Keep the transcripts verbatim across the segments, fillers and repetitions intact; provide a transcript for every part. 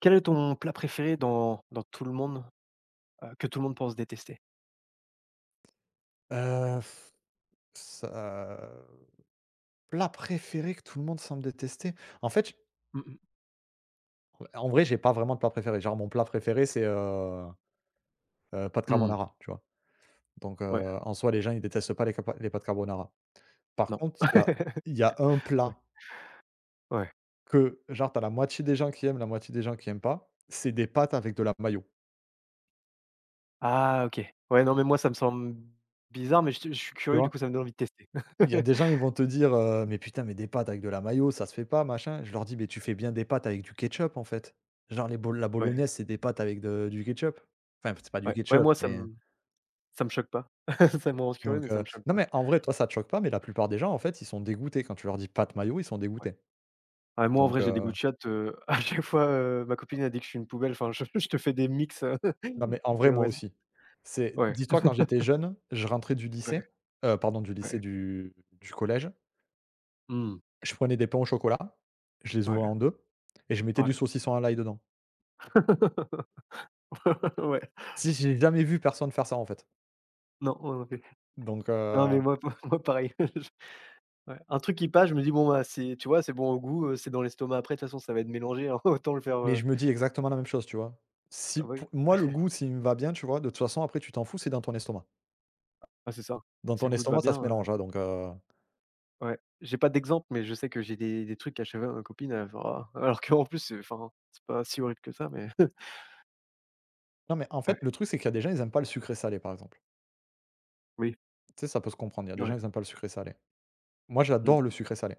Quel est ton plat préféré dans dans tout le monde, heu, que tout le monde pense détester? Heu, ça Plat préféré que tout le monde semble détester? En fait, j Mmh mh. en vrai, j'ai pas vraiment de plat préféré. Genre mon plat préféré, c'est, heu heu, pâtes Mmh. carbonara, tu vois? Donc Ouais, heu, en soi, les gens, ils détestent pas les capa les pâtes carbonara. Par non. contre, il y a il y a un Ouais, plat ouais. que genre t'as la moitié des gens qui aiment, la moitié des gens qui aiment pas, c'est des pâtes avec de la mayo, Ah OK. Ouais, non, mais moi, ça me semble bizarre, mais je suis je suis tu curieux, du vois? coup, ça me donne envie de tester. Il y a des gens, ils vont te dire, heu: «Mais putain, mais des pâtes avec de la mayo, ça se fait pas, machin». Je leur dis: «Mais tu fais bien des pâtes avec du ketchup, en fait». Genre les bol la Ouais, bolognaise, c'est des pâtes avec de du ketchup. Enfin, c'est pas du ouais. Ouais, ketchup, moi, ça mais me ça me choque pas. Ça me rend curieux, donc mais ça heu, me choque non, pas. mais en vrai, toi, ça te choque pas, mais la plupart des gens, en fait, ils sont dégoûtés quand tu leur dis: «Pâtes mayo», ils sont Ouais. dégoûtés. Ah, moi, en Donc vrai, j'ai des goûts heu, de chatte, heu, à chaque fois, heu, ma copine a dit que je suis une poubelle. Enfin, je je te fais des mix, heu, non, mais en donc vrai, heu, moi ouais, c'est aussi. C'est ouais, Dis-toi, quand j'étais jeune, je rentrais du ouais, lycée, heu, pardon, du lycée, ouais. du du collège, Mmh. je prenais des pains au chocolat, je les ouvrais Ouais, en deux et je mettais du ouais. saucisson à l'ail dedans. Ouais. Si j'ai jamais vu personne faire ça, en fait. Non, moi non Donc Non, heu, mais moi moi pareil. Je ouais, un truc qui passe, je me dis: «Bon, bah, c'est tu vois, c'est bon au goût, heu, c'est dans l'estomac après, de toute façon, ça va être mélangé, hein, autant le faire, mais heu» je me dis exactement la même chose, tu vois? Si ah bah, pou oui, Moi, le goût, s'il me va bien, tu vois? De toute façon, après, tu t'en fous, c'est dans ton estomac. ah c'est ça. Dans Si ton le goût te va estomac, ça se bien, mélange, heu, hein, donc heu ouais. J'ai pas d'exemple, mais je sais que j'ai des des trucs à chaque fois ma copine, elle fait: «Oh!» alors qu'en plus, heu, enfin, c'est pas si horrible que ça, mais non, mais en ouais, fait, le truc, c'est qu'il y a des gens, ils aiment pas le sucré salé, par exemple. oui, Tu sais, ça peut se comprendre. Il y a des ouais, gens, ils aiment pas le sucré salé. Moi, j'adore le mmh, sucré salé.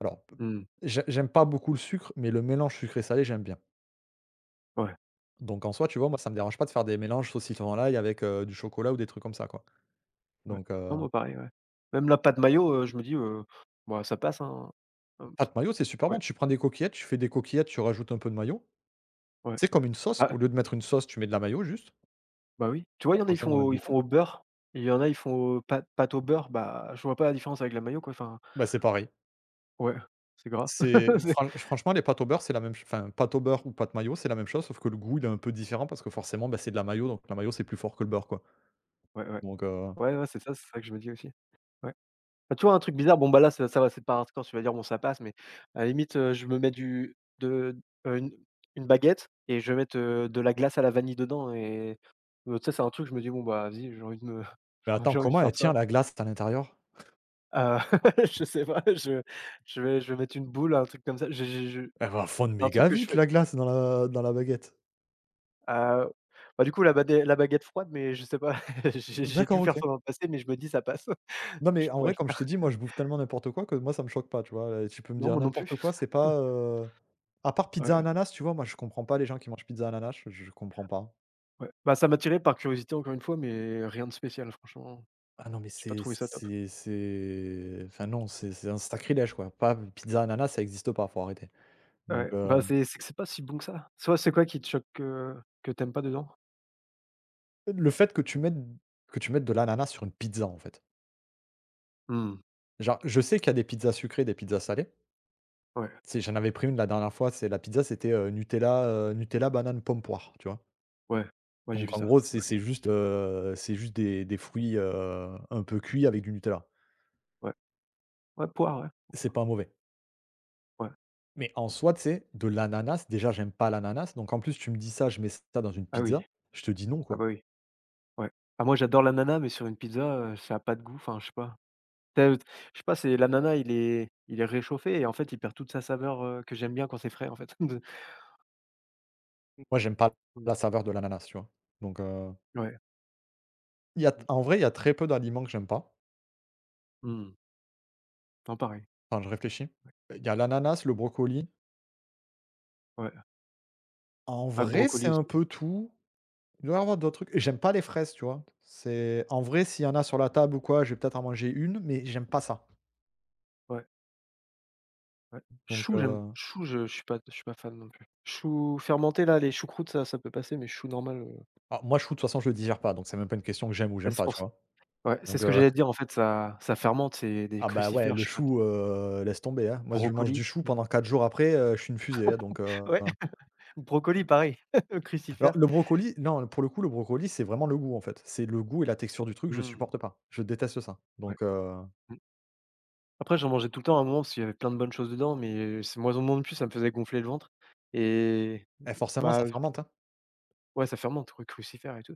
Alors, p mmh, j'ai j'aime pas beaucoup le sucre, mais le mélange sucré salé, j'aime bien. ouais, Donc en soi, tu vois, moi, ça me dérange pas de faire des mélanges saucisson l'ail avec, heu, du chocolat ou des trucs comme ça, quoi. ouais. Donc Non, heu, moi pareil, ouais. Même la pâte maillot, heu, je me dis, heu: «Bah, ça passe, hein». Hem, pâte mayo, c'est super ouais, bon. Tu prends des coquillettes, tu fais des coquillettes, tu rajoutes un peu de mayo. ouais. C'est comme une sauce, au Bah lieu de mettre une sauce, tu mets de la mayo juste, Bah, oui. Tu vois, tu il y en pas a, ils besoin font d'en mettre au ils font beaucoup. au beurre, il y en a, ils font au pâte pâte au beurre, bah, je vois pas la différence avec la mayo, quoi, enfin, Bah, c'est pareil. ouais, c'est gras. C'est C'est fran Franchement, les pâtes au beurre, c'est la même ch enfin, pâte au beurre ou pâte mayo, c'est la même chose, sauf que le goût, il est un peu différent parce que forcément, bah, c'est de la mayo, donc la mayo, c'est plus fort que le beurre, quoi. ouais, ouais. Donc heu, Ouais, ouais, c'est ça, c'est ça que je me dis aussi. Ouais. Bah, tu vois, un truc bizarre, bon, bah, là, ça ça va, c'est pas hardcore, tu vas dire: «Bon, ça passe», mais à la limite, heu, je me mets du de heu, une une baguette et je vais mettre, heu, de la glace à la vanille dedans et heu, tu sais, c'est un truc, je me dis: «Bon, bah, vas-y, j'ai envie de me mais attends, j'ai envie de comment elle faire tient ça». la glace à l'intérieur? Heu, je sais pas, je je vais je vais mettre une boule, un truc comme ça. Je je je Elle va fondre un truc méga que je vite fais la glace dans la dans la baguette. Heu, bah, du coup, la badé la baguette froide, mais je sais pas, j'ai j'ai D'accord, dû faire OK. ça dans le passé, mais je me dis: «Ça passe». Non, Je mais en pourrais vrai, comme le je te faire. dis, moi, je bouffe tellement n'importe quoi que moi, ça me choque pas, tu vois? Heu, tu peux me Non, dire moi non plus. n'importe quoi, c'est pas, heu à part pizza Ouais, ananas, tu vois? Moi, je comprends pas les gens qui mangent pizza ananas, je je comprends pas. ouais. Bah, ça m'a tiré par curiosité encore une fois, mais rien de spécial franchement. Ah non, mais J'ai pas c'est trouvé ça top. c'est c'est enfin non, c'est c'est un sacrilège, quoi. Pas pizza ananas, ça existe pas, faut arrêter. Donc Ouais, heu, bah, c'est c'est que c'est pas si bon que ça. Soit c'est quoi qui te choque que que tu pas dedans? le fait que tu mettes que tu mettes de l'ananas sur une pizza, en fait. Mmh, Genre, je sais qu'il y a des pizzas sucrées, des pizzas salées. ouais, C'est J'en avais pris une la dernière fois, c'est la pizza, c'était, heu, Nutella, heu, Nutella, banane, pomme, poire, tu vois? ouais, ouais, j'ai vu Donc en ça. gros, c'est Ouais, c'est juste, heu, c'est juste des des fruits, heu, un peu cuits avec du Nutella. ouais. Ouais, poire, ouais, C'est pas mauvais. ouais. Mais en soi, tu sais, de l'ananas, déjà, j'aime pas l'ananas, donc en plus, tu me dis ça, je mets ça dans une Ah oui, pizza, je te dis non, ah quoi. bah, oui, ouais. Ah moi, j'adore l'ananas, mais sur une pizza, heu, ça a pas de goût, enfin, je sais pas. Heu, je sais pas, c'est l'ananas, il est il est réchauffé et en fait, il perd toute sa saveur, heu, que j'aime bien quand c'est frais, en fait. Moi, j'aime pas Ouais, la saveur de l'ananas, tu vois? Donc heu, ouais, il y a mmh, en vrai, il y a très peu d'aliments que j'aime pas. mmh, non, pareil, Enfin, je réfléchis. Il y a l'ananas, le brocoli. ouais. En Ah, vrai, c'est brocoli un aussi, peu tout. Il doit y avoir d'autres trucs et j'aime pas les fraises, tu vois? C'est En vrai, s'il y en a sur la table ou quoi, je vais peut-être en manger une, mais j'aime pas ça. ouais, ouais. Donc Choux, j'aime heu, chou je je suis pas je suis pas fan non plus. Chou fermenté là, les choucroutes, ça ça peut passer, mais chou normal, heu, alors moi, chou, de toute façon, je le digère pas, donc c'est même pas une question que j'aime ou bah, j'aime c'est pas, tu pour ç vois? ouais, c'est Donc ce que heu, j'allais te dire, en fait, ça ça fermente, c'est des ah bah, ouais, crucifères, le je suis pas chou, heu, laisse tomber, hein. Moi, si je mange du brocoli, chou pendant quatre jours après, heu, je suis une fusée, hein, donc heu ouais, brocoli, pareil, Alors crucifère. le brocoli, non, pour le coup, le brocoli, c'est vraiment le goût, en fait. C'est le goût et la texture du truc, je Mmh, supporte pas. Je déteste ça. ouais, Donc heu mmh. Après, j'en mangeais tout le temps à un moment parce qu'il y avait plein de bonnes choses dedans, mais c'est moins en moins plus, ça me faisait gonfler le ventre et et forcément, ça bah, fermente, hein. ouais, ça fermente, ouais, crucifère et tout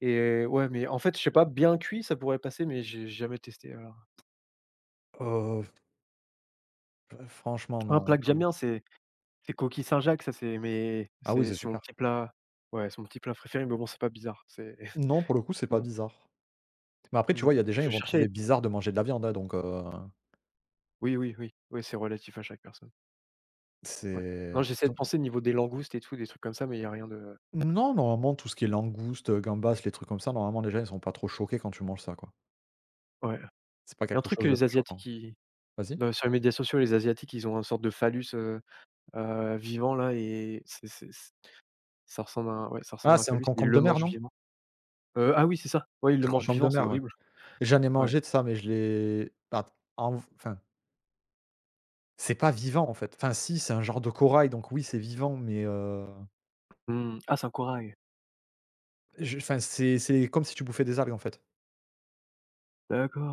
et ouais, mais en fait, je sais pas, bien cuit, ça pourrait passer, mais j'ai jamais testé alors, ouais. Heu, f Franchement, Un non, plat que j'aime enfin. bien, c'est c'est coquille Saint-Jacques, ça, c'est mais Ah oui, c'est c'est c'est mon super. petit plat ouais, c'est mon petit plat préféré, mais bon, c'est pas bizarre, c'est Non, pour le coup, c'est pas bon, bizarre. Mais après, tu non, vois, il y a des gens, ils je vont cherchais à trouver être- bizarre de manger de la viande, hein, donc heu, oui, oui, oui, oui, c'est relatif à chaque personne, ouais. c'est Non, j'essaie de enfin, penser au niveau des langoustes et tout, des trucs comme ça, mais il y a rien de non, normalement, tout ce qui est langoustes, gambas, les trucs comme ça, normalement, les gens, ils sont pas trop choqués quand tu manges ça, quoi. ouais. C'est pas Il y a un quelque truc que chose de les très asiatiques, choquant. ils Vas-y? dans sur les médias sociaux, les asiatiques, ils ont une sorte de phallus, heu heu, vivant là et c'est c'est c ça ressemble à un ouais, ça Ah, ressemble à un c'est un phallus, ils concombre de le mer, mangent non? vivant. Heu, ah oui, c'est ça. Ouais, ils C'est le le mangent concombre de vivant, c'est mer, ouais. horrible. J'en ai Ouais. mangé de ça, mais je l'ai pas en enfin. C'est pas vivant, en fait. Enfin si, c'est un genre de corail, donc oui, c'est vivant, mais heu, Mmh. Ah, c'est un corail. je enfin, c'est c'est comme si tu bouffais des algues, en fait.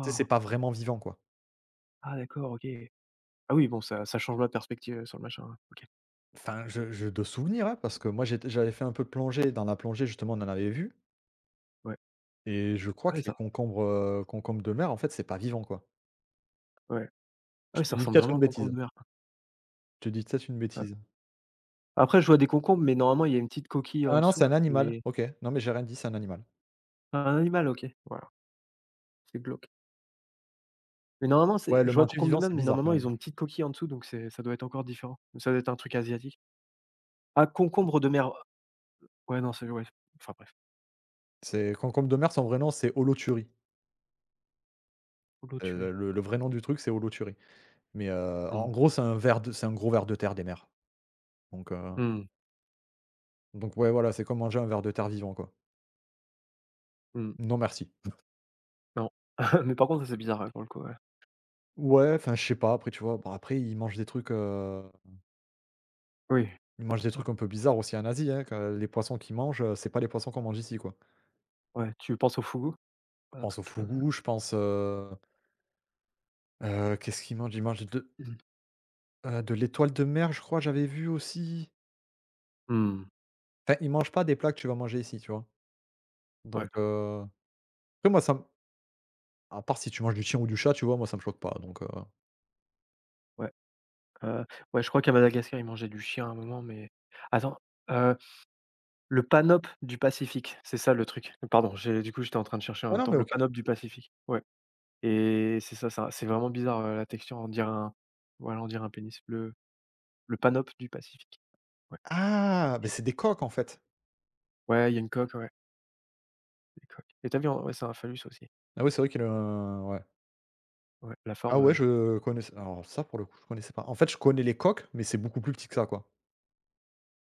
Tu sais, c'est pas vraiment vivant, quoi. Ah d'accord, OK. Ah oui, bon, ça ça change la perspective, heu, sur le machin, ouais. OK. Enfin, je je de souvenir, hein, parce que moi, j'étais j'avais fait un peu de plongée. Dans la plongée, justement, on en avait vu Ouais. et je crois Ah que oui, les ça concombres, heu, concombres de mer, en fait, c'est pas vivant, quoi. ouais. Ah Je oui, te ça dis ressemble peut-être vraiment une à un concombre bêtise. de mer, quoi. Je te dis peut-être une Ouais. bêtise. Après, je vois des concombres, mais normalement, il y a une petite coquille en Ah non, c'est dessous un animal. et OK. Non, mais j'ai rien dit, c'est un animal. un animal, OK. Voilà, c'est glauque. Mais normalement, c'est Ouais, le je vois manger concombre de vivant, mer, c'est mais bizarre quand normalement, ils même. ont une petite coquille en dessous, donc c'est ça doit être encore différent. Ça doit être un truc asiatique. Ah, concombre de mer, ouais, non, c'est ouais, enfin bref, C'est concombre de mer, son vrai nom, c'est holothurie. Heu, holothuries. le le vrai nom du truc, c'est holothurie. Mais, heu, Mmh. en gros, c'est un ver de c'est un gros ver de terre des mers. Donc, heu, Mmh. donc ouais, voilà, c'est comme manger un ver de terre vivant, quoi. Mmh. Non merci. Non. Mais par contre, ça, c'est bizarre, ouais, pour le coup, ouais. Ouais, enfin, je sais pas, après, tu vois? Bah, après, ils mangent des trucs, heu, Oui, ils mangent des ouais, trucs un peu bizarres aussi en Asie, hein, que les poissons qu'ils mangent, heu, c'est pas les poissons qu'on mange ici, quoi. ouais, tu penses au fougou? Je Un pense truc au comme ça? fougou, je pense, heu heu, qu'est-ce qu'ils mangent? Ils mangent de, Mmh. heu, de l'étoile de mer, je crois, j'avais vu aussi. Mmh. Enfin, ils mangent pas des plats que tu vas manger ici, tu vois? Ouais, Donc, heu, après moi, ça me à part si tu manges du chien ou du chat, tu vois? Moi, ça me choque pas, donc, heu, ouais, heu, ouais, je crois qu'à Madagascar, ils mangeaient du chien à un moment, mais attends, heu, le Panop du Pacifique, c'est ça le truc. Pardon, j'ai du coup, j'étais en train de chercher en ouais, même non, temps. mais Le OK. Panop du Pacifique, ouais. Et c'est ça, ça c'est vraiment bizarre, heu, la texture, on dirait un voilà, on dirait un pénis, le le Panop du Pacifique. Ouais. Ah! Beh, Et- c'est des coques, en fait. ouais, il y a une coque, ouais, des coques. Et tu vu en ouais, c'est un phallus aussi. Ah oui, c'est vrai qu'il a un ouais. Ouais, la Ah forme, ouais, heu, je connaissais alors ça, pour le coup, je connaissais pas. En fait, je connais les coques, mais c'est beaucoup plus petit que ça, quoi.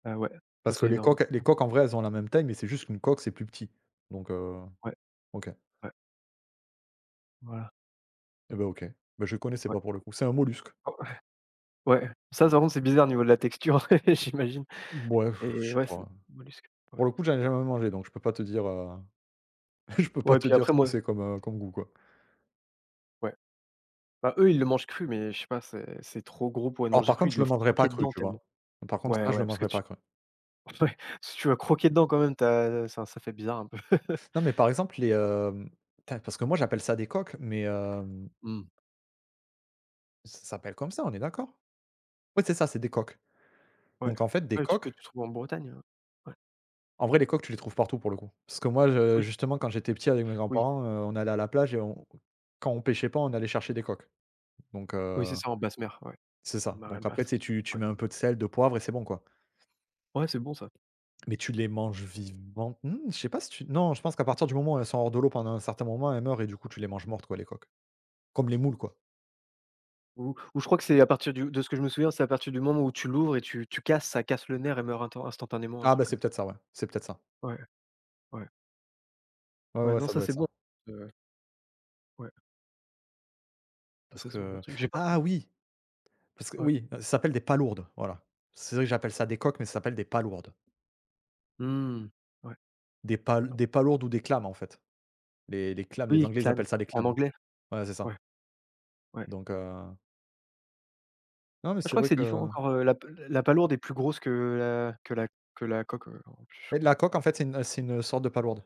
ah ouais, ça Parce que c'est les énorme. coques les coques, en vrai, elles ont la même taille, mais c'est juste qu'une coque, c'est plus petit. Donc heu, Ouais, OK. ouais, voilà, Et ben OK. Ben je connaissais ouais. pas, pour le coup. C'est un mollusque. Oh ouais, ça, par contre, c'est bizarre au niveau de la texture, j'imagine Ouais, pff, je et sais ouais, c'est pas. mollusque, ouais. Pour le coup, j'en ai jamais mangé, donc je peux pas te dire, heu, je peux pas Ouais, et te puis dire après ce que moi c'est comme, heu, comme goût, quoi. ouais, bah, eux, ils le mangent cru, mais je sais pas, c'est c'est trop gros pour être Alors, mangé par cru, ils contre, je le doivent mangerai pas croquer cru, dedans tu tellement. vois? Par contre, Ouais, ça, je le ouais, parce que mangerai tu pas cru. ouais, si tu vas croquer dedans quand même, t'as, ça ça fait bizarre un peu. Non, mais par exemple, les, hem, putain, parce que moi, j'appelle ça des coques, mais hem Mmh. Ça s'appelle comme ça, on est d'accord? Oui, c'est ça, c'est des coques. Ouais. Ouais, Donc en fait, des le truc que coques tu trouves en Bretagne, heu? Ouais. en vrai, les coques, tu les trouves partout pour le coup. Parce que moi, je Oui, justement, quand j'étais petit avec mes oui, grands-parents, heu, on allait à la plage et on quand on pêchait pas, on allait chercher des coques. Donc oui, heu, c'est ça, en basse mer, ouais. c'est ça. Marelle Donc après, tu basse. sais, tu tu Ouais. mets un peu de sel, de poivre et c'est bon, quoi. Ouais, c'est bon ça. Mais tu les manges vivantes? Mmh, je sais pas si tu non, je pense qu'à partir du moment où elles sont hors de l'eau pendant un certain moment, elles meurent et du coup, tu les manges mortes, quoi, les coques. Comme les moules, quoi. Ou ou je crois que c'est à partir du de ce que je me souviens, c'est à partir du moment où tu l'ouvres et tu tu casses, ça casse le nerf et meurt inten instantanément, un Ah bah, truc c'est comme ça. peut-être ça, ouais. C'est peut-être ça. Ouais, ouais, Ouais, ouais, ouais, non, ça ça doit être c'est bon. ça. Heu, ouais, ouais, Parce ça c'est bon comme que truc. J'ai pas trop Ah oui! Parce que ouais. oui, ça s'appelle des palourdes, voilà. C'est vrai que j'appelle ça des coques, mais ça s'appelle des palourdes. Mmh. Ouais, Des pal d'accord. Des palourdes ou des clames en fait. Les les clames, les Oui, Anglais, ils clam, appellent ça des en clames. anglais. Ouais, c'est ça. Ouais, ouais. Donc heu, non, mais Je c'est crois que vrai c'est différent que encore, heu, la p la palourde est plus grosse que la que la que la coque, heu, en plus, je et crois. la coque, en fait, c'est une c'est une sorte de palourde.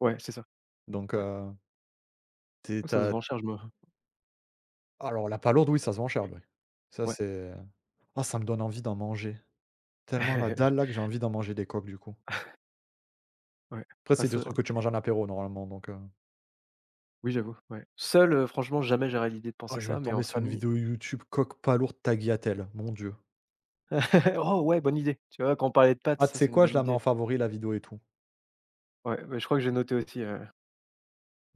Ouais, c'est ça, Donc ouais. heu, tu Ça se es vend cher, je me alors la palourde, oui, ça se vend cher, oui. Ça, ouais. c'est ah, ça me donne envie d'en manger. Tellement la dalle, là, que j'ai envie d'en manger des coques, du coup. Ouais. Après, Ah c'est des ça trucs que tu manges en apéro, normalement, donc heu oui j'avoue, ouais. Seul, heu, franchement jamais j'aurais l'idée de oh, penser je viens de ça, mais en tomber sur une famille vidéo YouTube coque palourde tagliatelle, mon Dieu. oh ouais bonne idée. Tu vois quand on parlait de pâtes, Ah, tu ça sais c'est une quoi? Je bonne la mets en idée. favori, la vidéo et tout. Ouais, mais je crois que j'ai noté aussi, heu,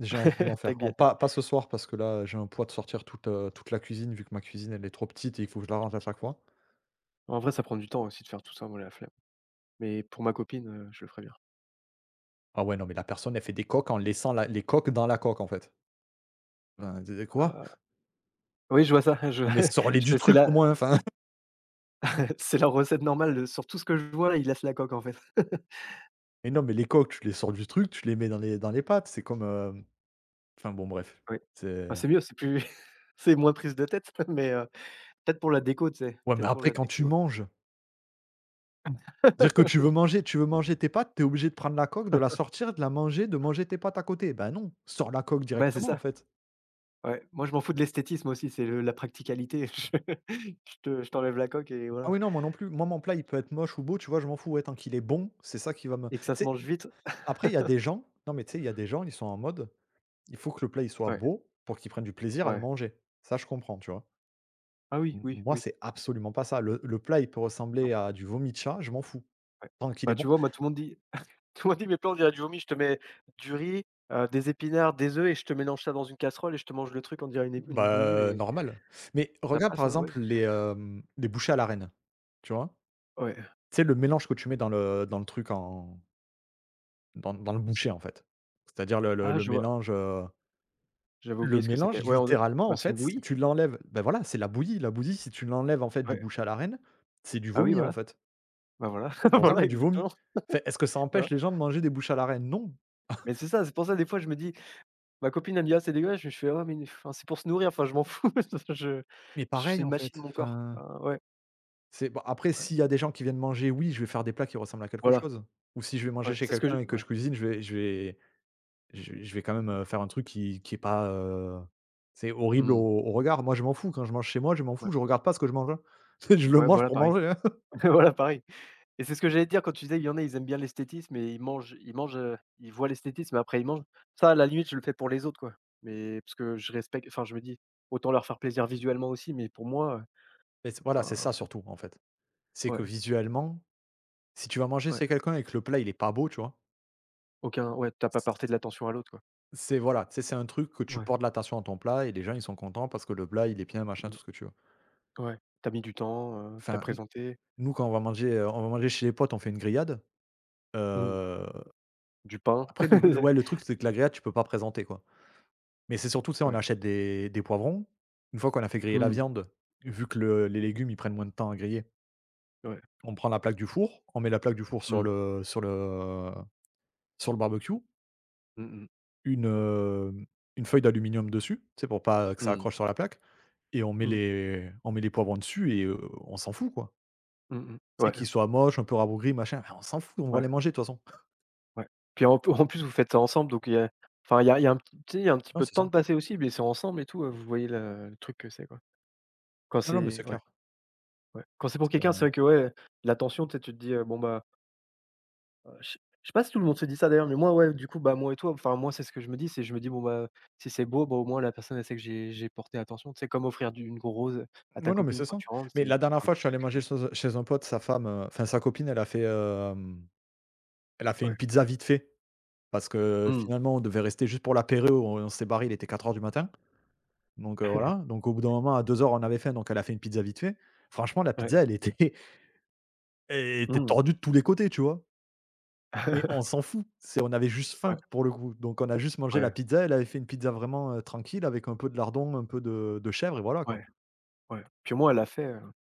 J'ai envie de m'en faire. En tagliatelle. pas pas ce soir parce que là, j'ai un poids de sortir toute, heu, toute la cuisine vu que ma cuisine, elle est trop petite et il faut que je la range à chaque fois. En vrai ça prend du temps aussi de faire tout ça, moi la flemme. Mais pour ma copine, heu, je le ferai bien. Ah ouais, non, mais la personne, elle fait des coques en laissant la les coques dans la coque, en fait. Enfin, tu quoi? Ah oui je vois ça, je Non, mais sors-les du je c'est truc au la moins, enfin. c'est la recette normale, heu, sur tout ce que je vois là, ils laissent la coque en fait. Mais non, mais les coques, tu les sors du truc, tu les mets dans les dans les pâtes. C'est comme, hem, enfin bon, bref. Oui. Bah C'est c'est mieux, c'est plus c'est moins prise de tête mais, heu, peut-être pour la déco, tu sais? ouais, mais Peut-être pour après la quand tu déco. manges, dire que tu veux manger tu veux manger tes pâtes, t'es obligé de prendre la coque, de la sortir, de la manger, de manger tes pâtes à côté. Ben non, sors la coque Bah c'est directement, en ça. fait. Ouais, moi je m'en fous de l'esthétisme aussi, c'est le la practicalité. Je je te je t'enlève la coque et Ah voilà oui, non, moi non plus. Moi, mon plat, il peut être moche ou beau, tu vois, je m'en fous, ouais, tant qu'il est bon, c'est ça qui va me tu et que ça se sais, mange vite. après, il y a des gens non, mais tu sais, il y a des gens, ils sont en mode, il faut que le plat, il soit Ouais, beau pour qu'ils prennent du plaisir à le ouais. manger. Ça, je comprends, tu vois? Ah oui, M oui, moi, oui. c'est absolument pas ça. Le le plat, il peut ressembler Non, à du vomi de chat, je m'en fous, ouais. tant qu'il Bah, est tu bon. vois, moi tout le monde dit tout le monde dit: «Mes plans, on dirait du vomi». Je te mets du riz, heu, des épinards, des œufs et je te mélange ça dans une casserole et je te mange le truc, on dirait une ép une bouillie, Bah, mais normal. Mais ça regarde, par passe, hein, ouais. exemple, les, hem, les bouchées à l'arène, tu vois? Ouais. Tu sais, le mélange que tu mets dans le dans le truc en dans dans le bouchée, en fait. C'est-à-dire le le Ah le je vois, mélange, heu j'avais Le oublié ce que mélange, c'était. Ouais, on littéralement, bah, en c'est une fait, si bouillie? tu l'enlèves, ben voilà, c'est la bouillie. La bouillie, si tu l'enlèves, en fait, du Ouais. bouche à la reine, c'est du Ah oui, vomi, en voilà. fait. Bah, voilà, Ça ressemble voilà à du vomi. exactement, Enfin, est-ce que ça voilà. empêche les gens de manger des bouches à la reine? Non, Mais c'est ça, c'est pour ça des fois je me dis: ma copine elle me dit: «Ah c'est dégueulasse», je fais: ah mais enfin c'est pour se nourrir, enfin je m'en fous, je je- mais c'est pareil, une en fait, machine mon corps». enfin, Enfin ouais, c'est bon, après, ouais, s'il y a des gens qui viennent manger, oui, je vais faire des plats qui ressemblent à quelque voilà, chose. Ou si je vais manger ouais, chez c'est ce que je quelqu'un et que ouais, je cuisine, je vais je vais je vais je vais quand même, mmh heu, faire un truc qui qui est pas, heu, c'est mh, horrible au mmh, au regard. Moi, je m'en fous. Quand je mange chez moi, je m'en ouais, fous, je regarde pas ce que je mange, je le ouais, mange voilà pour pareil, manger, hein. voilà pareil et c'est ce que j'allais te dire quand tu disais il y en a, ils aiment bien l'esthétisme et ils mangent ils mangent, heu, ils voient l'esthétisme et après ils mangent. Ça à la limite je le fais pour les autres quoi, mais parce que je respecte enfin je me dis: «Autant leur faire plaisir visuellement aussi», mais pour moi, heu, Mais c'est voilà, c'est enfin ça surtout, en fait. C'est que ouais, visuellement, si tu vas manger ouais, chez quelqu'un et que le plat il est pas beau, tu vois? aucun ouais, t'as pas porté de C l'attention à l'autre quoi. c'est voilà, tu sais, c'est un truc que tu Ouais, portes l'attention à ton plat et les gens ils sont contents parce que le plat il est bien, machin, tout mmh ce que tu veux. ouais, t'as mis du temps, heu, tu Enfin, n présenté. nous quand on va manger, heu, on va manger chez les potes, on fait une grillade, Mmh. heu, Du pain. après le le ouais, le truc c'est que la grillade tu peux pas présenter quoi. Mais c'est surtout, tu sais, on Ouais. achète des des poivrons. Une fois qu'on a fait griller la Mmh. viande, vu que le les légumes ils prennent moins de temps à griller, Ouais. on prend la plaque du four, on met la plaque du four sur Mmh. le sur le sur le barbecue. Mmh mh. Une, heu, une feuille d'aluminium dessus, c'est pour pas que ça Mmh. accroche sur la plaque et on met Mmh. les on met les poivrons dessus et heu, on s'en fout quoi. Mmh mh. Tu sais Ouais, qu'ils soient moches, un peu rabougris machin, enfin, on s'en fout, on va ouais, les manger de toute façon. ouais. Puis en en plus, vous faites ça ensemble, donc il y a enfin, il y a il y a un petit tu sais, il y a un petit Non peu de c'est temps ça. de passer aussi, mais c'est ensemble et tout, heu, vous voyez le le truc que c'est, quoi. Quand Non, non mais c'est c'est ouais, clair. ouais. Quand c'est pour quelqu'un, c'est C'est vrai que, ouais, l'attention, tu sais, tu te dis, heu: «Bon, bah», heu, je sais je sais pas si tout le monde se dit ça d'ailleurs, mais moi, ouais, du coup, bah, moi et toi, enfin, moi, c'est ce que je me dis, c'est je me dis: «Bon, bah, si c'est beau, bah, au moins la personne, elle sait que j'ai j'ai porté attention». C'est comme offrir du une grosse rose à ta non, non mais c'est copine quand ça. tu rentres, Mais c'est la dernière un fois je petit suis allé truc, manger heu chez un chez un pote, sa femme, heu, enfin sa copine elle a fait, hem, elle a fait ouais. une pizza vite fait parce que Mmh. finalement on devait rester juste pour l'apéro, on on s'est barré il était quatre heures du matin donc heu, voilà. Donc au bout d'un moment à deux heures on avait faim donc elle a fait une pizza vite fait. Franchement la Ouais. pizza elle était et tu Mmh. tordu de tous les côtés, tu vois? Et on s'en fout, c'est on avait juste Ouais, faim pour le coup, donc on a juste mangé la ouais, pizza. Elle avait fait une pizza vraiment, heu, tranquille avec un peu de lardons, un peu de de chèvre et voilà, quoi. ouais, ouais. Puis au moins elle l'a fait, heu,